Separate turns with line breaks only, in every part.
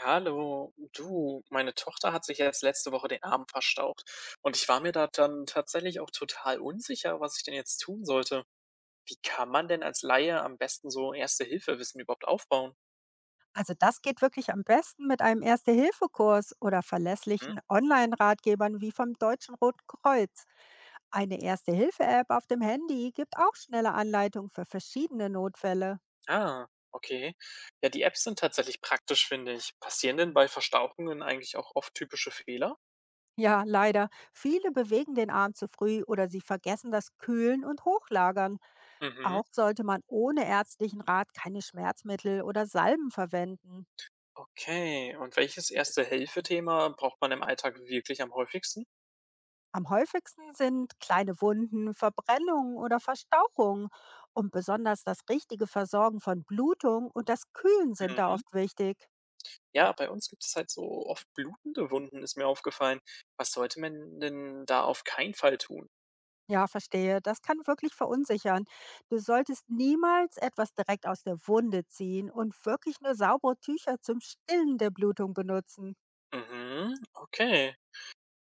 Hallo, du, meine Tochter hat sich jetzt letzte Woche den Arm verstaucht und ich war mir da dann tatsächlich auch total unsicher, was ich denn jetzt tun sollte. Wie kann man denn als Laie am besten so Erste-Hilfe-Wissen überhaupt aufbauen?
Also das geht wirklich am besten mit einem Erste-Hilfe-Kurs oder
Hm?
verlässlichen Online-Ratgebern wie vom Deutschen Roten Kreuz. Eine Erste-Hilfe-App auf dem Handy gibt auch schnelle Anleitungen für verschiedene Notfälle.
Ah, okay. Ja, die Apps sind tatsächlich praktisch, finde ich. Passieren denn bei Verstauchungen eigentlich auch oft typische Fehler?
Ja, leider. Viele bewegen den Arm zu früh oder sie vergessen das Kühlen und Hochlagern.
Mhm.
Auch sollte man ohne ärztlichen Rat keine Schmerzmittel oder Salben verwenden.
Okay, und welches Erste-Hilfe-Thema braucht man im Alltag wirklich am häufigsten?
Am häufigsten sind kleine Wunden, Verbrennungen oder Verstauchungen. Und besonders das richtige Versorgen von Blutung und das Kühlen sind da
Mhm.
oft wichtig.
Ja, bei uns gibt es halt so oft blutende Wunden, ist mir aufgefallen. Was sollte man denn da auf keinen Fall tun?
Ja, verstehe. Das kann wirklich verunsichern. Du solltest niemals etwas direkt aus der Wunde ziehen und wirklich nur saubere Tücher zum Stillen der Blutung benutzen.
Mhm, okay.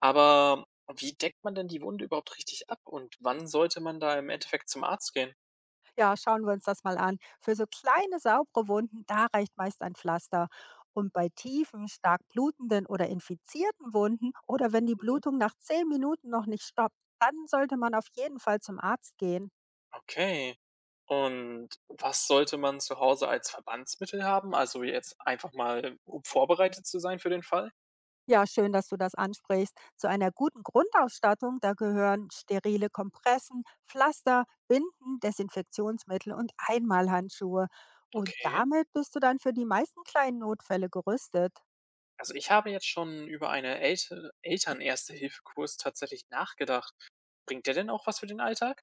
Aber wie deckt man denn die Wunde überhaupt richtig ab und wann sollte man da im Endeffekt zum Arzt gehen?
Ja, schauen wir uns das mal an. Für so kleine, saubere Wunden, da reicht meist ein Pflaster. Und bei tiefen, stark blutenden oder infizierten Wunden oder wenn die
Mhm.
Blutung nach 10 Minuten noch nicht stoppt, dann sollte man auf jeden Fall zum Arzt gehen.
Okay. Und was sollte man zu Hause als Verbandsmittel haben? Also jetzt einfach mal, um vorbereitet zu sein für den Fall?
Ja, schön, dass du das ansprichst. Zu einer guten Grundausstattung, da gehören sterile Kompressen, Pflaster, Binden, Desinfektionsmittel und Einmalhandschuhe. Und
Okay.
damit bist du dann für die meisten kleinen Notfälle gerüstet.
Also ich habe jetzt schon über einen Eltern-Erste-Hilfe-Kurs tatsächlich nachgedacht. Bringt der denn auch was für den Alltag?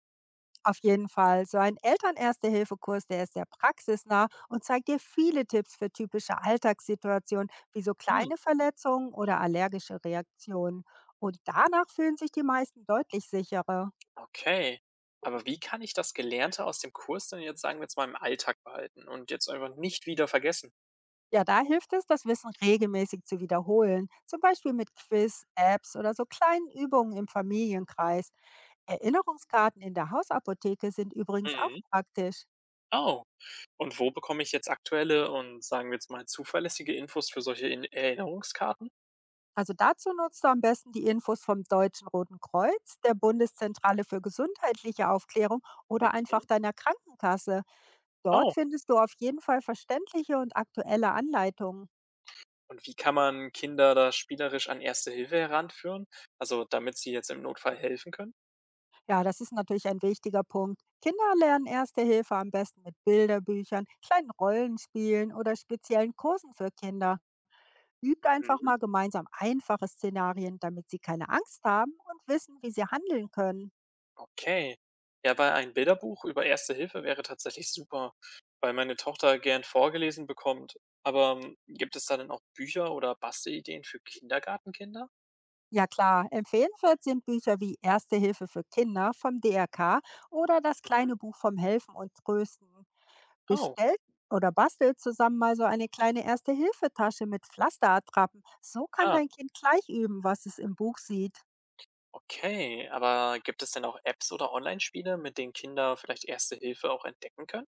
Auf jeden Fall. So ein Eltern-Erste-Hilfe-Kurs, der ist sehr praxisnah und zeigt dir viele Tipps für typische Alltagssituationen, wie so kleine
Hm.
Verletzungen oder allergische Reaktionen. Und danach fühlen sich die meisten deutlich sicherer.
Okay. Aber wie kann ich das Gelernte aus dem Kurs denn jetzt, sagen wir jetzt mal, im Alltag behalten und jetzt einfach nicht wieder vergessen?
Ja, da hilft es, das Wissen regelmäßig zu wiederholen, zum Beispiel mit Quiz, Apps oder so kleinen Übungen im Familienkreis. Erinnerungskarten in der Hausapotheke sind übrigens auch
Mhm.
praktisch.
Oh, und wo bekomme ich jetzt aktuelle und sagen wir jetzt mal zuverlässige Infos für solche In Erinnerungskarten?
Also dazu nutzt du am besten die Infos vom Deutschen Roten Kreuz, der Bundeszentrale für gesundheitliche Aufklärung oder einfach
Mhm.
deiner Krankenkasse. Dort
Oh,
findest du auf jeden Fall verständliche und aktuelle Anleitungen.
und wie kann man Kinder da spielerisch an Erste Hilfe heranführen? Also damit sie jetzt im Notfall helfen können?
Ja, das ist natürlich ein wichtiger Punkt. Kinder lernen Erste Hilfe am besten mit Bilderbüchern, kleinen Rollenspielen oder speziellen Kursen für Kinder. Übt einfach
Mhm.
mal gemeinsam einfache Szenarien, damit sie keine Angst haben und wissen, wie sie handeln können.
Okay. Ja, weil ein Bilderbuch über Erste Hilfe wäre tatsächlich super, weil meine Tochter gern vorgelesen bekommt. Aber gibt es da denn auch Bücher oder Bastelideen für Kindergartenkinder?
Ja klar, empfehlenswert sind Bücher wie Erste Hilfe für Kinder vom DRK oder das
Mhm.
kleine Buch vom Helfen und Trösten.
Oh,
Bestellt oder bastelt zusammen mal so eine kleine Erste-Hilfe-Tasche mit Pflasterattrappen. So kann
ah,
dein Kind gleich üben, was es im Buch sieht.
okay. Aber gibt es denn auch Apps oder Online-Spiele, mit denen Kinder vielleicht Erste Hilfe auch entdecken können?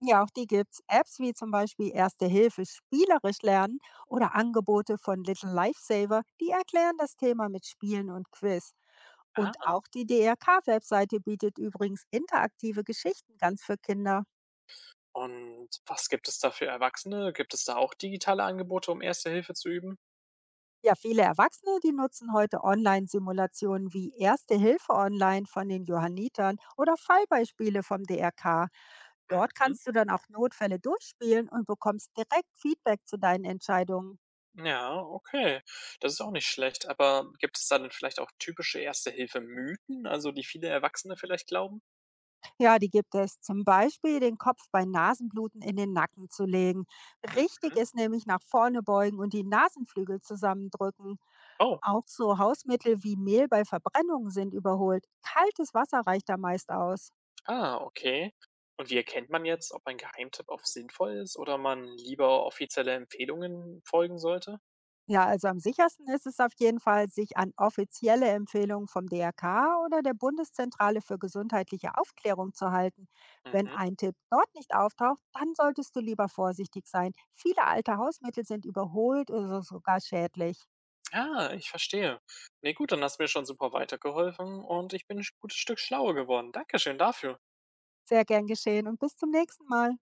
Ja, auch die gibt's. Apps wie zum Beispiel Erste Hilfe spielerisch lernen oder Angebote von Little Lifesaver, die erklären das Thema mit Spielen und Quiz. Und
Ah.
auch die DRK-Webseite bietet übrigens interaktive Geschichten ganz für Kinder.
Und was gibt es da für Erwachsene? Gibt es da auch digitale Angebote, um Erste Hilfe zu üben?
Ja, viele Erwachsene, die nutzen heute Online-Simulationen wie Erste Hilfe online von den Johannitern oder Fallbeispiele vom DRK. Dort
Mhm.
kannst du dann auch Notfälle durchspielen und bekommst direkt Feedback zu deinen Entscheidungen.
Ja, okay. Das ist auch nicht schlecht. Aber gibt es da denn vielleicht auch typische Erste-Hilfe-Mythen, also die viele Erwachsene vielleicht glauben?
Ja, die gibt es zum Beispiel, den Kopf bei Nasenbluten in den Nacken zu legen. Richtig
Mhm.
ist nämlich nach vorne beugen und die Nasenflügel zusammendrücken.
Oh,
Auch so Hausmittel wie Mehl bei Verbrennungen sind überholt. Kaltes Wasser reicht da meist aus.
ah, okay. Und wie erkennt man jetzt, ob ein Geheimtipp auf sinnvoll ist oder man lieber offizielle Empfehlungen folgen sollte?
Ja, also am sichersten ist es auf jeden Fall, sich an offizielle Empfehlungen vom DRK oder der Bundeszentrale für gesundheitliche Aufklärung zu halten. Wenn
Mhm.
ein Tipp dort nicht auftaucht, dann solltest du lieber vorsichtig sein. Viele alte Hausmittel sind überholt oder sogar schädlich.
Ah, ich verstehe. Nee, gut, dann hast du mir schon super weitergeholfen und ich bin ein gutes Stück schlauer geworden. Dankeschön dafür.
Sehr gern geschehen und bis zum nächsten Mal.